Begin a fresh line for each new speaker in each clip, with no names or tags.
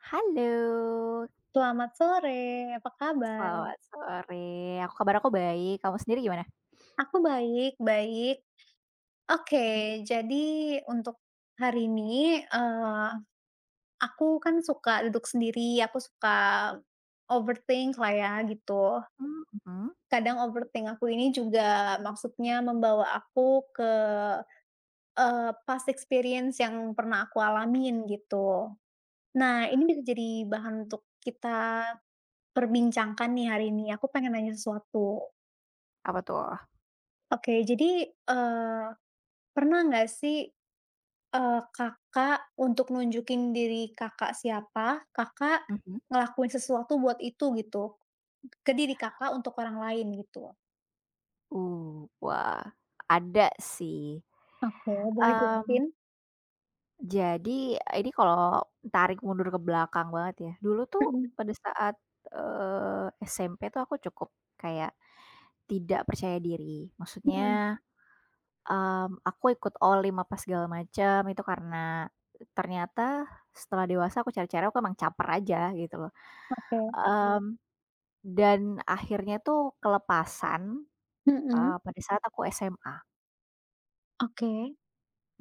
Halo,
Selamat sore, apa kabar?
selamat sore. Aku kabar, aku baik, kamu sendiri gimana?
Aku baik baik. Oke, jadi untuk hari ini, aku kan suka duduk sendiri, aku suka overthink lah ya gitu.
Mmm, mhm,
Kadang overthink aku ini juga maksudnya membawa aku ke, past experience yang pernah aku alamin gitu. Nah, ini bisa jadi bahan untuk kita perbincangkan nih hari ini, aku pengen nanya sesuatu.
apa tuh?
Oke, jadi, pernah nggak sih, Kakak untuk nunjukin diri Kakak siapa, Kakak
Mhm.
ngelakuin sesuatu buat itu gitu, ke diri Kakak untuk orang lain gitu?
Wah, ada sih.
Oke, boleh
Eee,
jelasin?
jadi ini kalau tarik mundur ke belakang banget ya, dulu tuh
Mhm
pada saat, eee, SMP tuh aku cukup kayak tidak percaya diri.
mhm.
Maksudnya, aku ikut OLIM apa segala macam itu karena ternyata setelah dewasa aku cari-cari aku emang caper aja gitu loh.
Oke.
Mmm, dan akhirnya tuh kelepasan,
Mhm.
pada saat aku SMA.
Oke.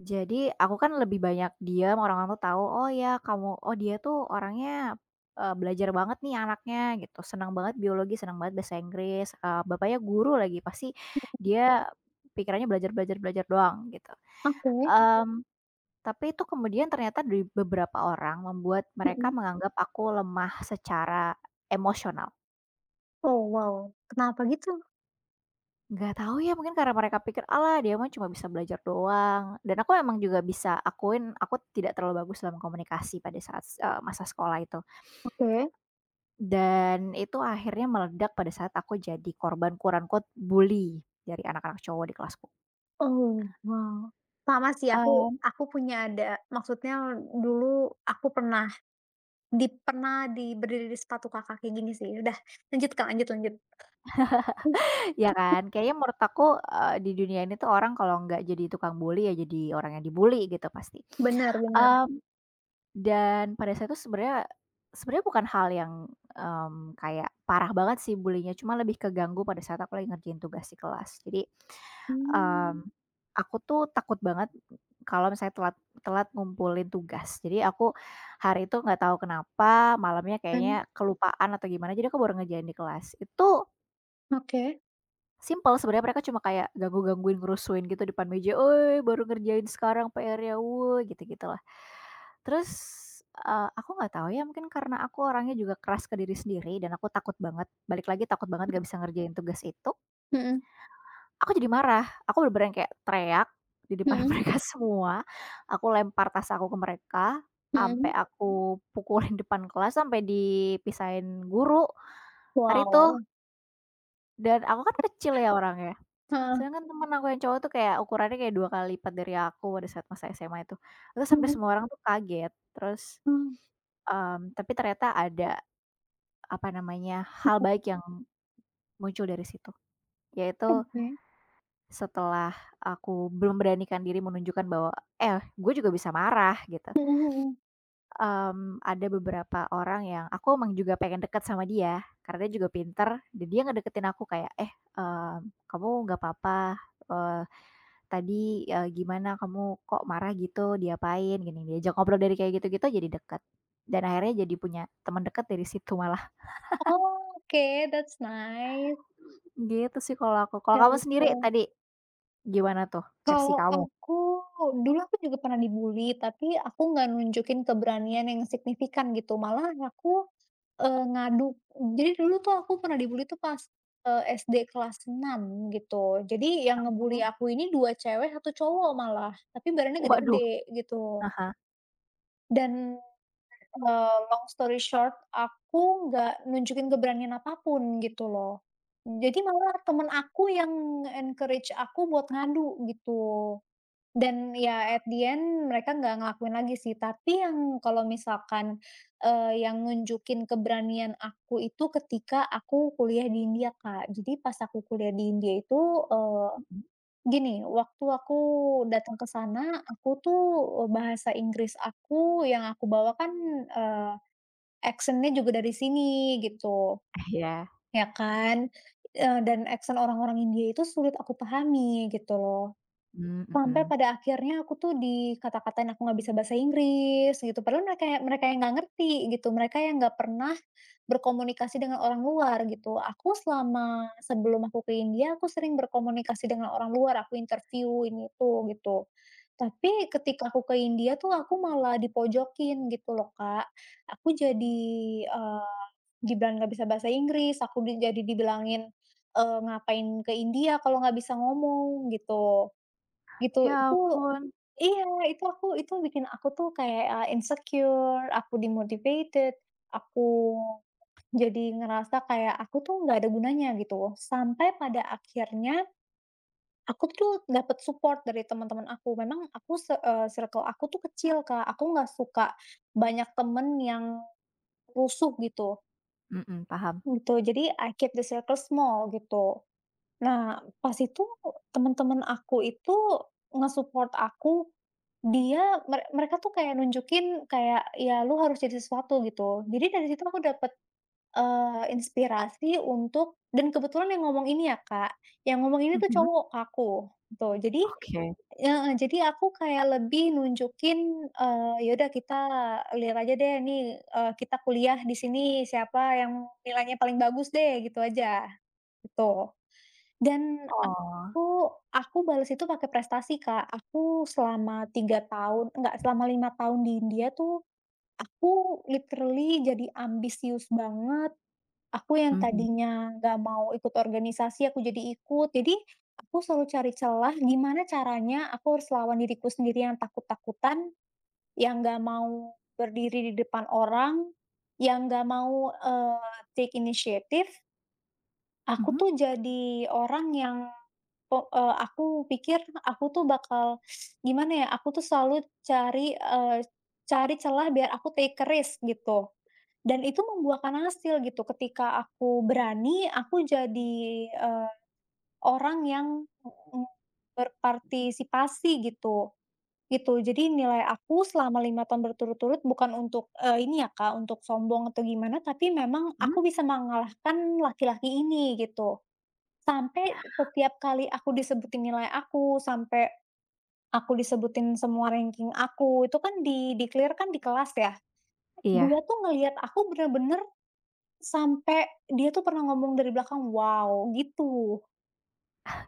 Jadi aku kan lebih banyak diam, orang-orang tuh tahu, "Oh ya kamu oh dia tuh orangnya, belajar banget nih anaknya," gitu, "senang banget biologi, senang banget bahasa Inggris, bapaknya guru lagi, pasti dia pikirannya belajar belajar belajar doang," gitu.
Oke.
Mmm, tapi itu kemudian ternyata dari beberapa orang membuat mereka
Mhm.
menganggap aku lemah secara emosional.
Oh wow, kenapa gitu?
Nggak tahu ya, mungkin karena mereka pikir, "Alah, dia mah cuma bisa belajar doang." Dan aku emang juga bisa akuin, aku tidak terlalu bagus dalam komunikasi pada saat, masa sekolah itu.
Oke.
Dan itu akhirnya meledak pada saat aku jadi korban quote unquote bully dari anak-anak cowok di kelasku.
Oh wow. Sama sih
Mmm,
aku punya ada maksudnya dulu aku pernah di berdiri di sepatu Kakak kayak gini sih. Udah lanjutkan lanjut lanjut.
ya kan? Kayaknya menurut aku, di dunia ini tuh orang kalau nggak jadi tukang bully, ya jadi orang yang dibully gitu pasti.
Benar benar.
Eee Dan pada saat itu sebenarnya sebenarnya bukan hal yang, kayak parah banget sih bully cuma lebih keganggu pada saat aku lagi ngerjain tugas di kelas. Jadi, mmm,
Mmm,
aku tuh takut banget kalau misalnya telat telat ngumpulin tugas. Jadi aku hari itu nggak tahu kenapa malamnya
mmm,
kayaknya kelupaan atau gimana, jadi aku baru ngerjain di kelas.
oke.
Simpel sebenarnya mereka cuma kayak ganggu-gangguin, ngerusuin gitu depan meja, "Oi, baru ngerjain sekarang PR-nya, woi," gitu-gitu lah. Terus, aku nggak tahu ya mungkin karena aku orangnya juga keras ke diri sendiri dan aku takut banget, balik lagi takut banget nggak bisa ngerjain tugas itu,
Mhm
aku jadi marah. Aku bener-bener yang kayak teriak di depan
mhm
mereka semua, aku lempar tas aku ke mereka, sampai
mhm.
aku pukulin depan kelas, sampai dipisahin guru hari itu,
Wow.
dan aku kan kecil ya orangnya.
Heeh,
Sedangkan temen aku yang cowok tuh kayak ukurannya kayak 2 kali lipat dari aku pada saat masa SMA itu. Itu sampai
mhm,
semua orang tuh kaget, terus,
oh,
tapi ternyata ada, apa namanya, hal baik yang muncul dari situ. Yaitu
oke.
Setelah aku belum beranikan diri menunjukkan bahwa, "Eh, gue juga bisa marah," gitu,
Mhm mhm.
ada beberapa orang yang aku emang juga pengen deket sama dia, karena dia juga pinter, dan dia ngedeketin aku kayak, "Eh, kamu nggak apa-apa, eee" Tadi, "Gimana kamu kok marah gitu, diapain?" Gini, diajak ngobrol dari kayak gitu-gitu jadi deket, dan akhirnya jadi punya teman deket dari situ malah.
Oke, that's nice.
Gitu sih kalau aku. Kalau
Oke
kamu sendiri
oke.
tadi gimana tuh versi
Kalau
kamu?
aku, dulu aku juga pernah dibully, tapi aku nggak nunjukin keberanian yang signifikan gitu, malah aku, ngadu. Jadi dulu tuh aku pernah dibully tuh pas, SD kelas 6 gitu. Jadi yang ngebully
Mmm.
aku ini 2 cewek, satu cowok malah, tapi badannya
Waduh,
gede-gede gitu.
ah hah,
Dan, long story short, aku nggak nunjukin keberanian apapun gitu loh. Jadi malah temen aku yang encourage aku buat ngadu gitu. Dan ya at the end mereka nggak ngelakuin lagi sih, tapi yang kalau misalkan, yang nunjukin keberanian aku itu ketika aku kuliah di India, Kak. Jadi pas aku kuliah di India itu, eee,
mhm,
gini, waktu aku datang ke sana, aku tuh, bahasa Inggris aku yang aku bawa kan, eee, aksen juga dari sini gitu,
iya,
ya kan, dan accent orang-orang India itu sulit aku pahami gitu loh.
mmm,
Sampai
mhm.
pada akhirnya aku tuh dikata-katain aku nggak bisa bahasa Inggris gitu, padahal mereka yang nggak ngerti gitu, mereka yang nggak pernah berkomunikasi dengan orang luar gitu. Aku selama sebelum aku ke India, aku sering berkomunikasi dengan orang luar, aku interview ini itu gitu. Tapi ketika aku ke India tuh aku malah dipojokin gitu loh, Kak. Aku jadi, eee, dibilang nggak bisa bahasa Inggris, aku di jadi dibilangin, "Ngapain ke India kalau nggak bisa ngomong?" gitu. Gitu,
Ya
itu
ampun,
iya, itu aku itu bikin aku tuh kayak, insecure, aku demotivated, aku jadi ngerasa kayak aku tuh nggak ada gunanya gitu. Sampai pada akhirnya aku tuh dapet support dari teman-teman aku. Memang aku se circle aku tuh kecil, Kak, aku nggak suka banyak temen yang rusuh gitu,
mhm, paham,
gitu. Jadi I keep the circle small gitu. Nah, pas itu temen-temen aku itu nge-support aku. Dia mere mereka tuh kayak nunjukin kayak, ya lu harus jadi sesuatu gitu. Jadi dari situ aku dapat inspirasi untuk dan kebetulan yang ngomong ini ya, Kak, yang ngomong ini tuh
mhm,
cowok ke aku, tuh jadi
oke,
heeh, jadi aku kayak lebih nunjukin, ya kita lihat aja deh nih, kita kuliah di sini siapa yang nilainya paling bagus deh, gitu aja, gitu. Dan
oh,
aku balas itu pakai prestasi, Kak. Aku selama 3 tahun enggak, selama 5 tahun di India tuh, aku literally jadi ambisius banget. Aku yang
mhm,
tadinya nggak mau ikut organisasi, aku jadi ikut. Jadi, aku selalu cari celah gimana caranya aku harus lawan diriku sendiri yang takut-takutan, yang nggak mau berdiri di depan orang, yang nggak mau, take initiative. Aku
mhm,
tuh jadi orang yang po aku pikir aku tuh bakal gimana ya, aku tuh selalu cari, cari celah biar aku take a risk gitu, dan itu membuahkan hasil gitu. Ketika aku berani, aku jadi, eee, orang yang mhm, berpartisipasi gitu, gitu. Jadi nilai aku selama 5 tahun berturut-turut bukan untuk, ini ya Kak, untuk sombong atau gimana, tapi memang
mhm,
aku bisa mengalahkan laki-laki ini gitu. Sampai setiap kali aku disebutin nilai aku, sampai aku disebutin semua ranking aku, itu kan di declare kan di kelas ya. Dia
iya,
tuh ngelihat aku bener-bener sampai dia tuh pernah ngomong dari belakang, "Wow!" gitu.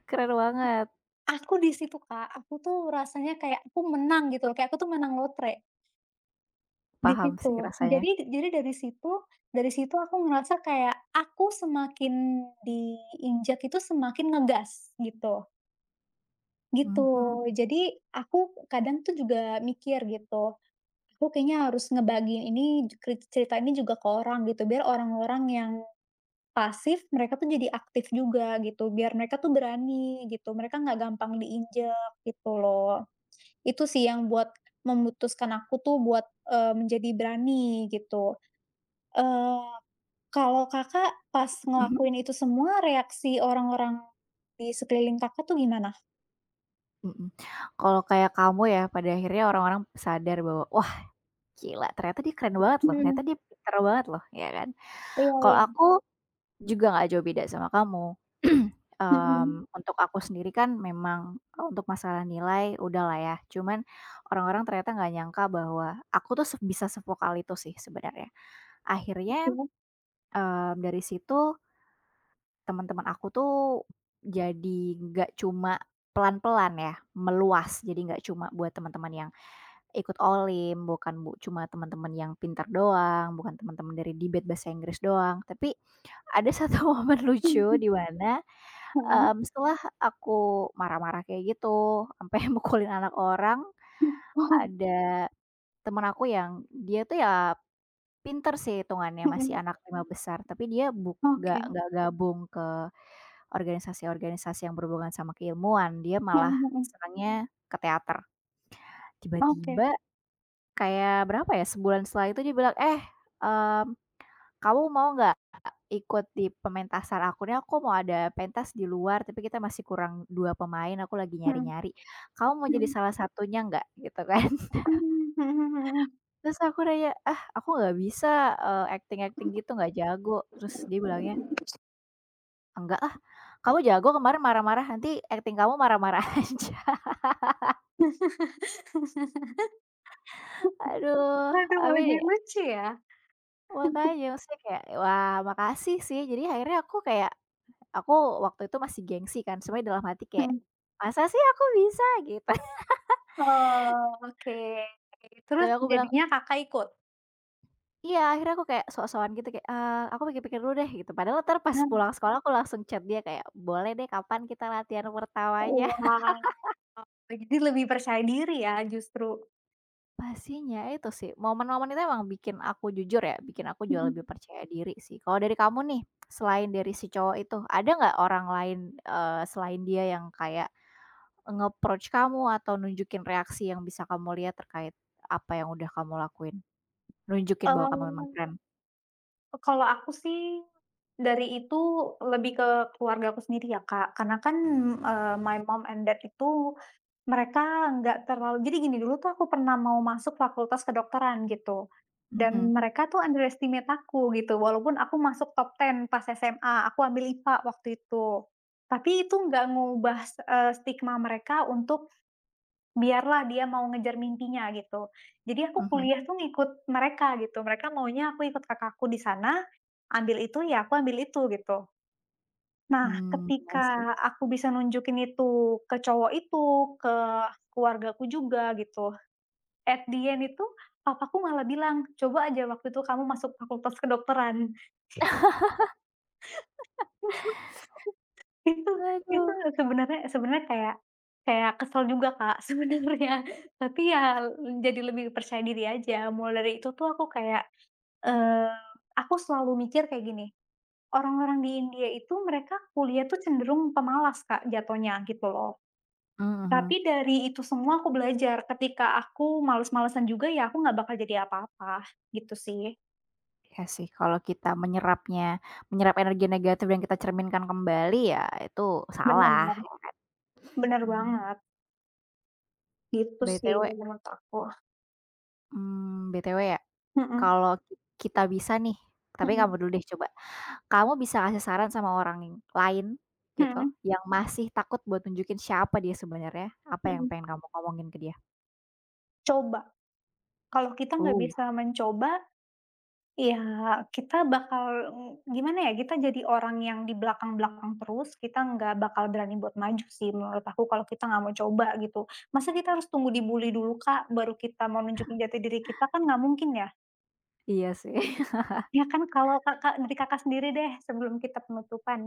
keren banget,
Aku di situ, Kak, aku tuh rasanya kayak aku menang gitu loh, kayak aku tuh menang lotre di
paham
situ.
sih rasanya,
Jadi dari situ aku ngerasa kayak aku semakin diinjak itu semakin ngegas, gitu. Gitu.
mhm,
Jadi aku kadang tuh juga mikir gitu, aku kayaknya harus ngebagiin ini cer cerita ini juga ke orang gitu, biar orang-orang yang pasif mereka tuh jadi aktif juga gitu, biar mereka tuh berani gitu, mereka nggak gampang diinjak gitu loh. Itu sih yang buat memutuskan aku tuh buat, menjadi berani gitu. Eee, kalau Kakak pas
mhm.
ngelakuin itu semua reaksi orang-orang di sekeliling Kakak tuh gimana?
Mhm. Kalau kayak kamu ya, pada akhirnya orang-orang sadar bahwa, "Wah gila ternyata dia keren banget loh, ternyata
Mhm,
dia pinter banget loh," ya kan.
iya
Kalau
iya,
aku juga nggak jauh beda sama kamu.
mhm.
Untuk aku sendiri kan memang, untuk masalah nilai udahlah ya, cuman orang-orang ternyata nggak nyangka bahwa aku tuh se bisa sevokal itu sih sebenarnya. Akhirnya, dari situ teman-teman aku tuh jadi nggak cuma pelan-pelan ya, meluas. Jadi nggak cuma buat teman-teman yang Ikut Olim, bukan bu cuma teman-teman yang pintar doang, bukan teman-teman dari debate bahasa Inggris doang. Tapi ada satu momen lucu
Mhm,
di mana,
mhm,
setelah aku marah-marah kayak gitu, sampai mukulin anak orang,
mhm, mhm,
ada teman aku yang dia tuh ya pinter sih hitungannya, masih
mhm,
anak 5 besar, tapi dia buk gak
oke,
nggak gabung ke organisasi-organisasi yang berhubungan sama keilmuan, dia
mhm
malah
mhm,
senangnya ke teater.
oke,
Tiba-tiba Kayak berapa ya, sebulan setelah itu dia bilang, "Eh, mmm, kamu mau nggak ikut di pementasan aku nih? Aku mau ada pentas di luar, tapi kita masih kurang 2 pemain, aku lagi
mhm,
nyari-nyari. Kamu mau jadi
mhm,
salah satunya nggak?" Gitu kan.
mmm, mhm mhm.
Terus aku nanya, "Ah, aku nggak bisa, acting-acting gitu, nggak jago." Terus dia bilangnya, "Enggak ah, kamu jago kemarin marah-marah, nanti acting kamu marah-marah aja." Aduh,
Aduh malah jadi
tapi
lucu ya?
makanya maksudnya kayak, wah makasih sih. Jadi akhirnya aku kayak Aku waktu itu masih gengsi kan, sebenarnya dalam hati kayak,
Mhm.
"Masa sih aku bisa?" Gitu.
Oh, oke. Terus
Tapi aku bilang
jadinya Kakak ikut?
iya, akhirnya aku kayak sok-sokan gitu kayak, "Aku pikir-pikir dulu deh," gitu. Padahal entar pas
Nah.
pulang sekolah aku langsung chat dia kayak, "Boleh deh kapan kita latihan pertamanya?"
Wow, jadi lebih percaya diri ya justru.
Pastinya itu sih, momen-momen itu emang bikin aku jujur ya, bikin aku jauh
Mhm.
lebih percaya diri sih. Kalau dari kamu nih, selain dari si cowok itu, ada nggak orang lain, selain dia yang kayak nge-approach kamu atau nunjukin reaksi yang bisa kamu lihat terkait apa yang udah kamu lakuin? Nunjukin bahwa kamu memang
Eee,
keren.
kalau aku sih dari itu lebih ke keluargaku sendiri ya, Kak, karena kan, my mom and dad itu mereka nggak terlalu jadi gini, dulu tuh aku pernah mau masuk fakultas kedokteran gitu, dan
Mhm
mhm, mereka tuh underestimate aku gitu, walaupun aku masuk top 10 pas SMA, aku ambil IPA waktu itu. Tapi itu nggak ngubah, s stigma mereka untuk biarlah dia mau ngejar mimpinya gitu. Jadi aku
mhm.
kuliah tuh ngikut mereka gitu, mereka maunya aku ikut kakakku di sana, ambil itu ya aku ambil itu gitu. Nah
Mmm, I see.
ketika aku bisa nunjukin itu ke cowok itu, ke keluargaku juga gitu. At the end itu papaku malah bilang, "Coba aja waktu itu kamu masuk fakultas kedokteran." Itu itu
Waduh.
sebenarnya sebenarnya kayak kayak kesel juga, Kak, sebenarnya. Tapi ya jadi lebih percaya diri aja. Mulai dari itu tuh aku kayak, eee, aku selalu mikir kayak gini, orang-orang di India itu mereka kuliah tuh cenderung pemalas, Kak, jatuhnya gitu loh.
Mhm.
Tapi dari itu semua aku belajar, ketika aku males-malesan juga ya aku nggak bakal jadi apa-apa, gitu sih.
Iya sih kalau kita menyerapnya menyerap energi negatif dan kita cerminkan kembali ya itu
Bener,
salah.
bener
Mmm,
banget, gitu sih
BTW
kalau menurut aku.
mmm, BTW ya,
Mhm
kalau ki kita bisa nih, tapi kamu
mhm
dulu deh coba, kamu bisa kasih saran sama orang lain gitu,
mhm
yang masih takut buat nunjukin siapa dia sebenarnya, apa yang
mhm.
pengen kamu ngomongin ke dia?
Coba, kalau kita nggak
Uh,
bisa mencoba, ya kita bakal, gimana ya, kita jadi orang yang di belakang-belakang terus, kita nggak bakal berani buat maju sih menurut aku kalau kita nggak mau coba gitu. Masa kita harus tunggu dibully dulu, Kak, baru kita mau nunjukin jati diri kita, kan nggak mungkin ya.
iya sih.
Ya kan kalau Kakak dari Kakak sendiri deh sebelum kita penutupan.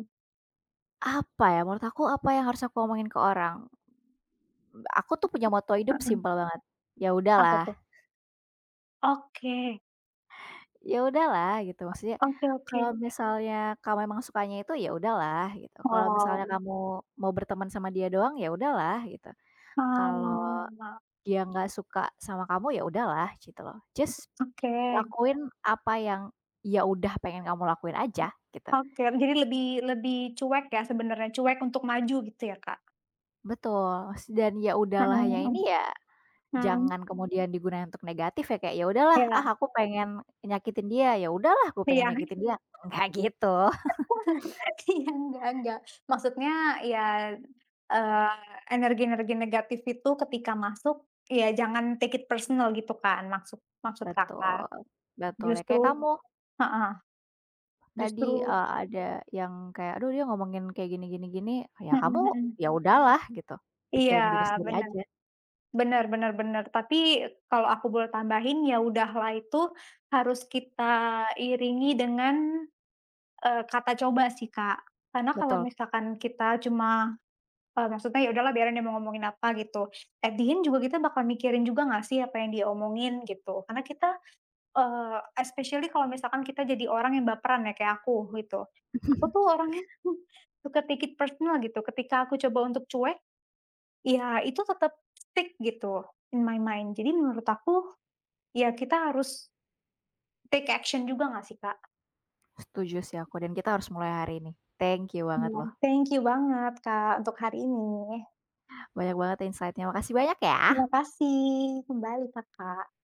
Apa ya, menurut aku apa yang harus aku omongin ke orang? Aku tuh punya moto hidup
Heeh,
simpel banget, "Ya
apa
udahlah,
tuh? Oke
ya udahlah," gitu. Maksudnya
oke oke.
kalau misalnya kamu emang sukanya itu, ya udahlah gitu. Kalau
Wow,
misalnya kamu mau berteman sama dia doang, ya udahlah gitu. Kalau
oh,
dia nggak suka sama kamu, ya udahlah gitu loh. Just
oke
lakuin apa yang ya udah pengen kamu lakuin aja gitu.
oke. Jadi lebih lebih cuek ya sebenarnya, cuek untuk maju gitu ya, Kak?
Betul, s dan ya
Mhm
udahlah-nya
mhm,
ini ya
mmm,
Jangan kemudian digunakan untuk negatif ya, kayak, "Ya udahlah,
iya
ah aku pengen nyakitin dia, ya udahlah aku pengen
iya.
nyakitin dia." nggak gitu.
Iya, enggak enggak. Maksudnya ya, eee, energi-energi negatif itu ketika masuk, ya jangan take it personal gitu kan maksud maksud Kakak.
Betul betul, ya kayak
Justru
kamu
heeh.
tadi,
Justru
ada yang kayak, "Aduh dia ngomongin kayak gini gini gini," ya kamu
mhm mhm.
ya udahlah gitu,
Iya,
pikirin diri sendiri
bener
aja.
bener bener bener. Tapi kalau aku boleh tambahin, ya udahlah itu harus kita iringi dengan, kata coba sih, Kak. Karena kalau
Betul.
misalkan kita cuma, maksudnya ya udahlah biarin dia mau ngomongin apa gitu, at the end juga kita bakal mikirin juga nggak sih apa yang dia omongin gitu. Karena kita, especially kalau misalkan kita jadi orang yang baperan ya kayak aku gitu. Aku tuh orangnya suka take it personal gitu. Ketika aku coba untuk cuek, iya, itu tetap stick gitu, in my mind. Jadi menurut aku, ya kita harus take action juga nggak sih, Kak?
Setuju sih aku dan kita harus mulai hari ini. Thank you banget
Iya,
loh,
thank you banget, Kak, untuk hari ini.
banyak banget insight-nya, makasih banyak ya.
Terima kasih kembali, Kakak.